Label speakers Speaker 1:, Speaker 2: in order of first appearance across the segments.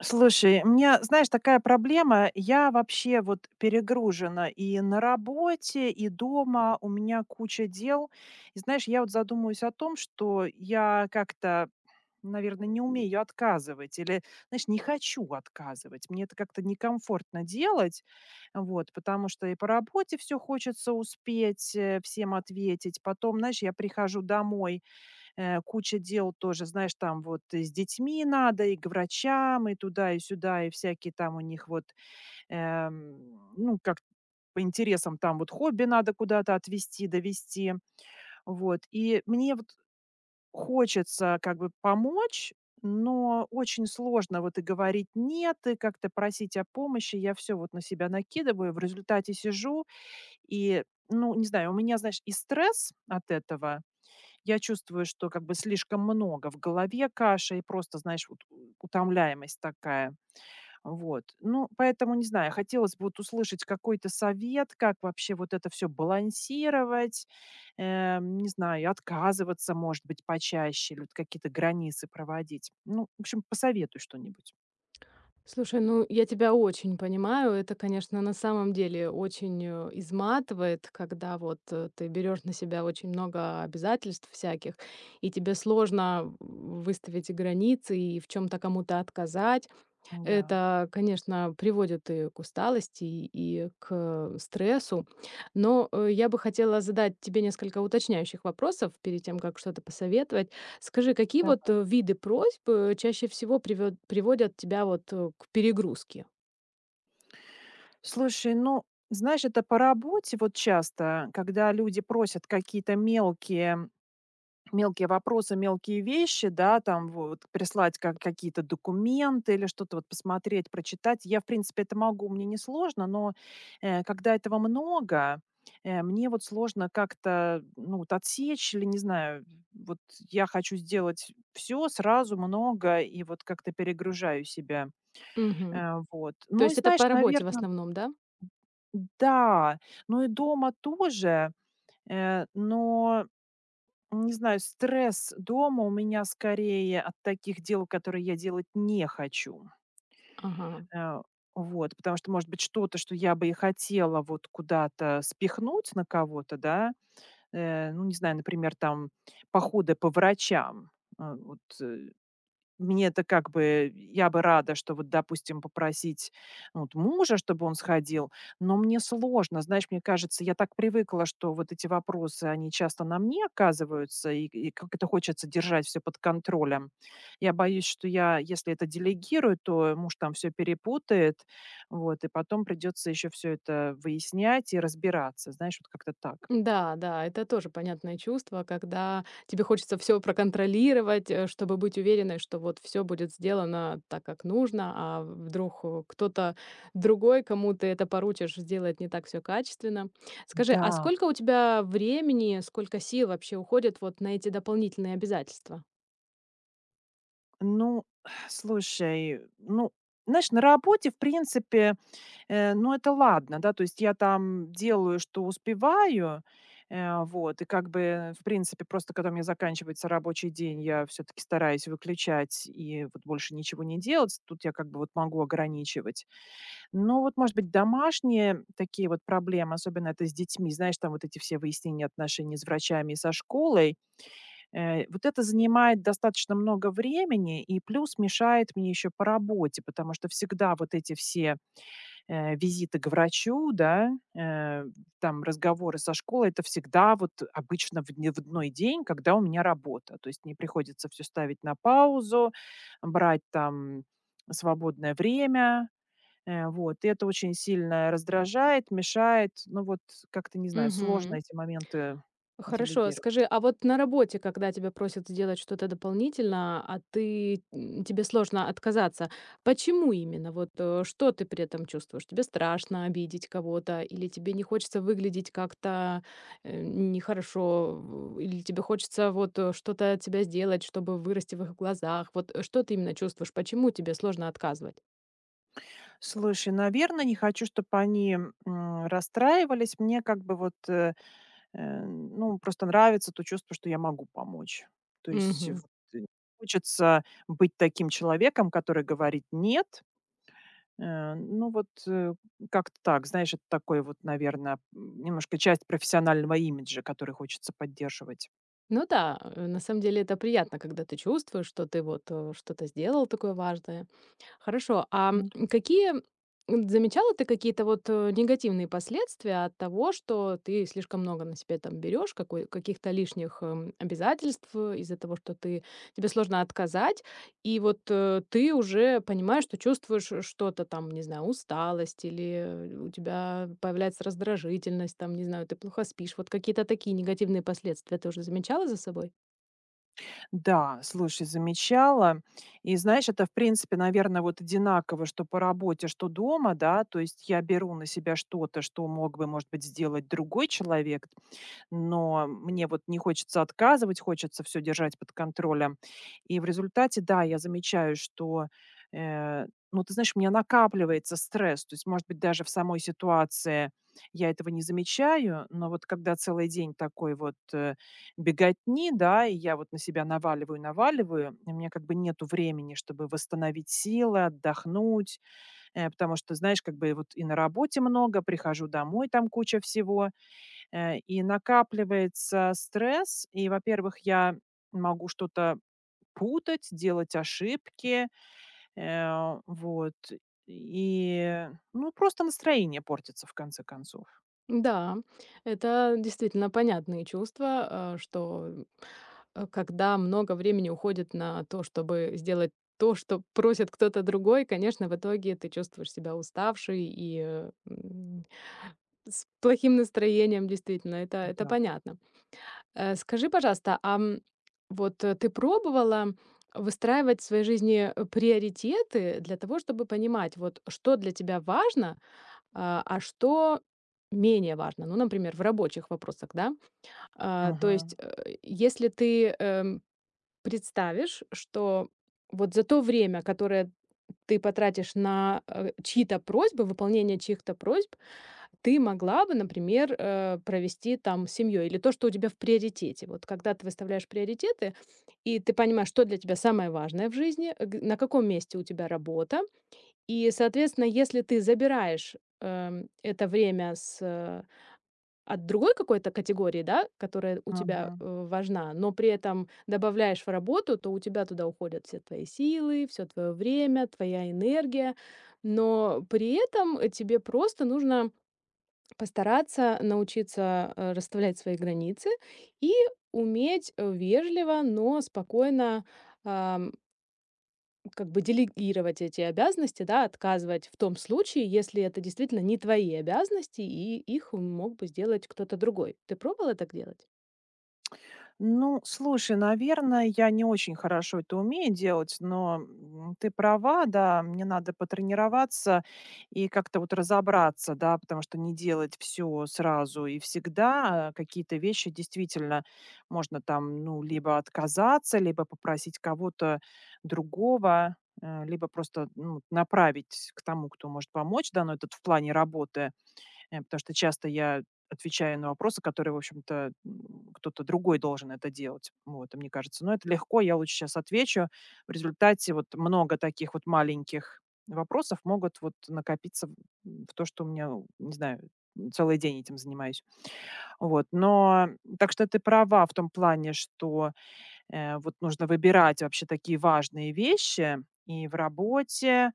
Speaker 1: Слушай, у меня, знаешь, такая проблема. Я вообще вот перегружена и на работе, и дома. У меня куча дел. И знаешь, я вот задумываюсь о том, что я как-то, наверное, не умею отказывать или, знаешь, не хочу отказывать. Мне это как-то некомфортно делать, вот, потому что и по работе все хочется успеть, всем ответить. Потом, знаешь, я прихожу домой. Куча дел тоже, знаешь, там вот и с детьми надо, и к врачам, и туда, и сюда, и всякие там у них вот, ну, как по интересам там вот хобби надо куда-то отвезти, довести. Вот. И мне вот хочется как бы помочь, но очень сложно вот и говорить нет, и как-то просить о помощи. Я все вот на себя накидываю, в результате сижу, и, ну, не знаю, у меня, знаешь, и стресс от этого, я чувствую, что как бы слишком много в голове каша и просто, знаешь, вот утомляемость такая. Вот. Ну, поэтому, не знаю, хотелось бы вот услышать какой-то совет, как вообще вот это все балансировать, не знаю, и отказываться, может быть, почаще, или вот какие-то границы проводить. Ну, в общем, посоветуй что-нибудь.
Speaker 2: Слушай, ну я тебя очень понимаю. Это, конечно, на самом деле очень изматывает, когда вот ты берешь на себя очень много обязательств всяких, и тебе сложно выставить границы и в чем-то кому-то отказать.
Speaker 1: Да,
Speaker 2: Это, конечно, приводит и к усталости, и к стрессу. Но я бы хотела задать тебе несколько уточняющих вопросов перед тем, как что-то посоветовать. Скажи, какие вот
Speaker 1: давай.
Speaker 2: виды просьб чаще всего приводят тебя вот к перегрузке?
Speaker 1: Слушай, ну, знаешь, это по работе вот часто, когда люди просят какие-то Мелкие вопросы, мелкие вещи, да, там вот прислать как какие-то документы или что-то вот посмотреть, прочитать. Я, в принципе, это могу, мне не сложно, но, когда этого много, мне вот сложно как-то, ну, вот отсечь или, не знаю, вот я хочу сделать все сразу, много и вот как-то перегружаю себя.
Speaker 2: Мгм.
Speaker 1: Вот.
Speaker 2: То
Speaker 1: Ну и
Speaker 2: есть это
Speaker 1: знаешь,
Speaker 2: по работе в
Speaker 1: наверное,
Speaker 2: основном, да?
Speaker 1: да, ну и дома тоже, но не знаю, стресс дома у меня скорее от таких дел, которые я делать не хочу.
Speaker 2: Ага.
Speaker 1: Э, вот, потому что, может быть, что-то, что я бы и хотела вот куда-то спихнуть на кого-то, да, ну, не знаю, например, там походы по врачам. Вот, мне это как бы я бы рада, что вот, допустим, попросить, ну, вот мужа, чтобы он сходил, но мне сложно. Знаешь, мне кажется, я так привыкла, что вот эти вопросы, они часто на мне оказываются, и как это хочется держать все под контролем. Я боюсь, что я, если это делегирую, то муж там все перепутает, вот, и потом придется еще все это выяснять и разбираться. Знаешь, вот как-то так.
Speaker 2: Да, да, это тоже понятное чувство, когда тебе хочется все проконтролировать, чтобы быть уверенной, что вот все будет сделано так, как нужно, а вдруг, кто-то другой, кому ты это поручишь, сделает не так все качественно. Скажи, а
Speaker 1: Да.
Speaker 2: сколько у тебя времени, сколько сил вообще уходит вот на эти дополнительные обязательства?
Speaker 1: Ну, слушай, ну, знаешь, на работе, в принципе, ну, это ладно, да, то есть я там делаю, что успеваю, вот, и как бы, в принципе, просто когда у меня заканчивается рабочий день, я все-таки стараюсь выключать и вот больше ничего не делать, тут я как бы вот могу ограничивать. Но вот, может быть, домашние такие вот проблемы, особенно это с детьми, знаешь, там вот эти все выяснения отношений с врачами и со школой, вот это занимает достаточно много времени и плюс мешает мне еще по работе, потому что всегда вот эти все визиты к врачу, да, э, там разговоры со школой — это всегда вот обычно в одной день, когда у меня работа. То есть мне приходится все ставить на паузу, брать там свободное время, вот. И это очень сильно раздражает, мешает. Ну вот как-то, не знаю, сложно
Speaker 2: Мгм.
Speaker 1: эти моменты
Speaker 2: Хорошо,
Speaker 1: делегировать.
Speaker 2: скажи, а вот на работе, когда тебя просят сделать что-то дополнительно, а тебе сложно отказаться, почему именно? Вот что ты при этом чувствуешь? Тебе страшно обидеть кого-то, или тебе не хочется выглядеть как-то нехорошо, или тебе хочется вот что-то от тебя сделать, чтобы вырасти в их глазах? Вот что ты именно чувствуешь? Почему тебе сложно отказывать?
Speaker 1: Слушай, наверное, не хочу, чтобы они, расстраивались. Мне как бы вот, ну, просто нравится то чувство, что я могу помочь. То есть вот, не хочется быть таким человеком, который говорит «нет». Ну вот, как-то так. Знаешь, это такой вот, наверное, немножко часть профессионального имиджа, который хочется поддерживать.
Speaker 2: Ну да, на самом деле это приятно, когда ты чувствуешь, что ты вот что-то сделал такое важное. Хорошо, а м,
Speaker 1: Ну да.
Speaker 2: какие м, замечала ты какие-то вот негативные последствия от того, что ты слишком много на себя там берешь, каких-то лишних обязательств из-за того, что ты тебе сложно отказать? И вот, ты уже понимаешь, что чувствуешь что-то там, не знаю, усталость или у тебя появляется раздражительность, там, не знаю, ты плохо спишь. Вот какие-то такие негативные последствия ты уже замечала за собой?
Speaker 1: Да, слушай, замечала. И знаешь, это, в принципе, наверное, вот одинаково, что по работе, что дома, да. То есть я беру на себя что-то, что мог бы, может быть, сделать другой человек, но мне вот не хочется отказывать, хочется все держать под контролем. И в результате, да, я замечаю, что, э, ну, ты знаешь, у меня накапливается стресс. То есть, может быть, даже в самой ситуации я этого не замечаю, но вот когда целый день такой вот, беготни, да, и я вот на себя наваливаю, наваливаю, и у меня как бы нету времени, чтобы восстановить силы, отдохнуть, потому что, знаешь, как бы вот и на работе много, прихожу домой, там куча всего. И накапливается стресс. И, во-первых, я могу что-то путать, делать ошибки, вот. И, ну, просто настроение портится в конце концов.
Speaker 2: Да, это действительно понятные чувства, что, когда много времени уходит на то, чтобы сделать то, что просит кто-то другой, конечно, в итоге ты чувствуешь себя уставшей и, с плохим настроением, действительно, это
Speaker 1: Да.
Speaker 2: понятно. Скажи, пожалуйста, вот, ты пробовала выстраивать в своей жизни, приоритеты для того, чтобы понимать, вот, что для тебя важно, а что менее важно? Ну, например, в рабочих вопросах, да? А, то есть,
Speaker 1: Мгм.
Speaker 2: если ты представишь, что вот за то время, которое ты потратишь на, чьи-то просьбы, выполнение чьих-то просьб, ты могла бы, например, провести там с семьей или то, что у тебя в приоритете. Вот когда ты выставляешь приоритеты, и ты понимаешь, что для тебя самое важное в жизни, на каком месте у тебя работа. И, соответственно, если ты забираешь это время от другой какой-то категории, да, которая у тебя
Speaker 1: Мгм.
Speaker 2: важна, но при этом добавляешь в работу, то у тебя туда уходят все твои силы, все твое время, твоя энергия. Но при этом тебе просто нужно постараться научиться, расставлять свои границы и уметь, вежливо, но спокойно, ам, как бы делегировать эти обязанности, да, отказывать в том случае, если это действительно не твои обязанности и их мог бы сделать кто-то другой. Ты пробовала так делать?
Speaker 1: Ну, слушай, наверное, я не очень хорошо это умею делать, но, ты права, да, мне надо потренироваться и как-то вот разобраться, да, потому что не делать все сразу и всегда. Какие-то вещи действительно можно там, ну, либо отказаться, либо попросить кого-то другого, либо просто, ну, направить к тому, кто может помочь, да, но этот в плане работы. Э, потому что часто я отвечаю на вопросы, которые, в общем-то, кто-то другой должен это делать. Вот, и мне кажется, ну, это легко, я лучше сейчас отвечу. В результате вот много таких вот маленьких вопросов могут вот накопиться в то, что у меня, не знаю, целый день этим занимаюсь. Вот, но так что ты права в том плане, что, вот, нужно выбирать вообще такие важные вещи и в работе,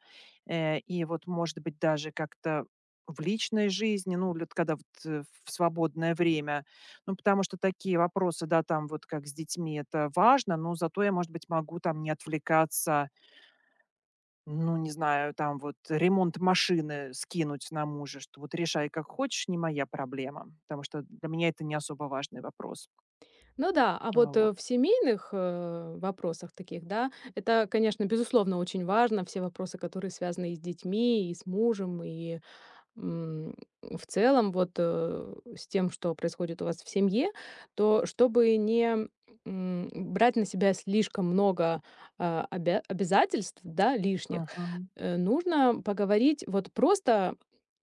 Speaker 1: и вот, может быть, даже как-то в личной жизни, ну, лет когда вот, в свободное время. Ну, потому что такие вопросы, да, там вот как с детьми, это важно, но зато я, может быть, могу там не отвлекаться, ну, не знаю, там вот ремонт машины скинуть на мужа, что вот решай как хочешь, не моя проблема, потому что для меня это не особо важный вопрос.
Speaker 2: Ну да, а
Speaker 1: А,
Speaker 2: вот,
Speaker 1: вот.
Speaker 2: в семейных, вопросах таких, да, это, конечно, безусловно, очень важно. Все вопросы, которые связаны и с детьми, и с мужем, и М, в целом, вот, с тем, что происходит у вас в семье, то чтобы не, брать на себя слишком много, обязательств, да, лишних,
Speaker 1: Мгм.
Speaker 2: нужно поговорить, вот просто,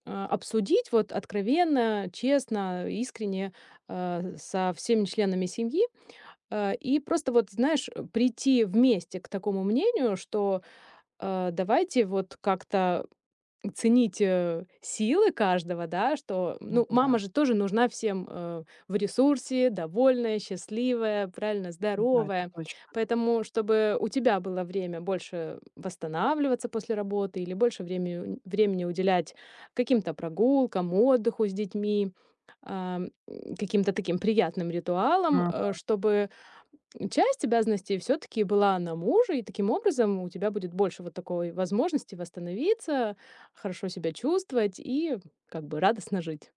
Speaker 2: обсудить вот откровенно, честно, искренне, со всеми членами семьи. И просто вот, знаешь, прийти вместе к такому мнению, что, давайте вот как-то ценить, силы каждого, да, что,
Speaker 1: Ну
Speaker 2: ну,
Speaker 1: да,
Speaker 2: мама же тоже нужна всем, в ресурсе, довольная, счастливая, правильно,
Speaker 1: да, это
Speaker 2: здоровая.
Speaker 1: точно.
Speaker 2: Поэтому, чтобы у тебя было время больше восстанавливаться после работы или больше времени уделять каким-то прогулкам, отдыху с детьми, каким-то таким приятным ритуалам,
Speaker 1: М,
Speaker 2: чтобы часть обязанностей все таки была на мужа, и таким образом у тебя будет больше вот такой возможности восстановиться, хорошо себя чувствовать и как бы радостно жить.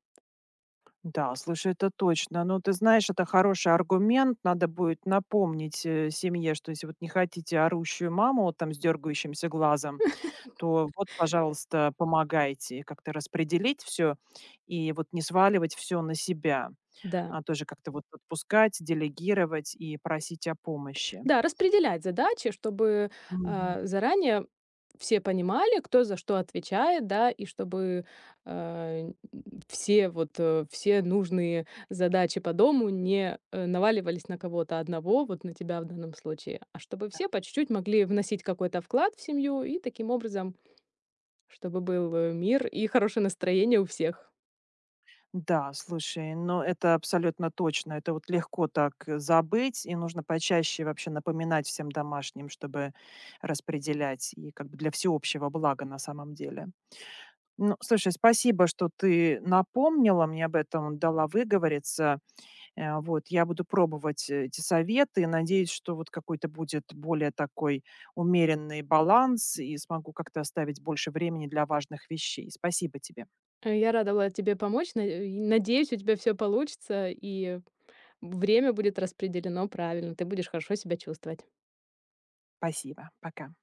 Speaker 1: да, слушай, это точно. Ну, ты знаешь, это хороший аргумент. Надо будет напомнить, семье, что если вот не хотите орущую маму вот там с дергающимся глазом, то вот, пожалуйста, помогайте. И как-то распределить все и вот не сваливать все на себя,
Speaker 2: Да.
Speaker 1: а тоже как-то вот отпускать, делегировать и просить о помощи.
Speaker 2: Да, распределять задачи, чтобы,
Speaker 1: Мгм.
Speaker 2: заранее все понимали, кто за что отвечает, да, и чтобы, а, все вот, все нужные задачи по дому не, наваливались на кого-то одного, вот на тебя в данном случае, а чтобы все по чуть-чуть могли вносить какой-то вклад в семью и таким образом чтобы был, мир и хорошее настроение у всех.
Speaker 1: Да, слушай, ну это абсолютно точно. Это вот легко так, забыть, и нужно почаще вообще напоминать всем домашним, чтобы распределять и как бы для всеобщего блага на самом деле. Ну, слушай, спасибо, что ты напомнила мне об этом, дала выговориться. Вот, я буду пробовать эти советы и надеюсь, что вот какой-то будет более такой умеренный баланс и смогу как-то оставить больше времени для важных вещей. Спасибо тебе.
Speaker 2: Я рада была тебе помочь. И надеюсь, у тебя все получится, и время будет распределено правильно. Ты будешь хорошо себя чувствовать.
Speaker 1: Спасибо. Пока.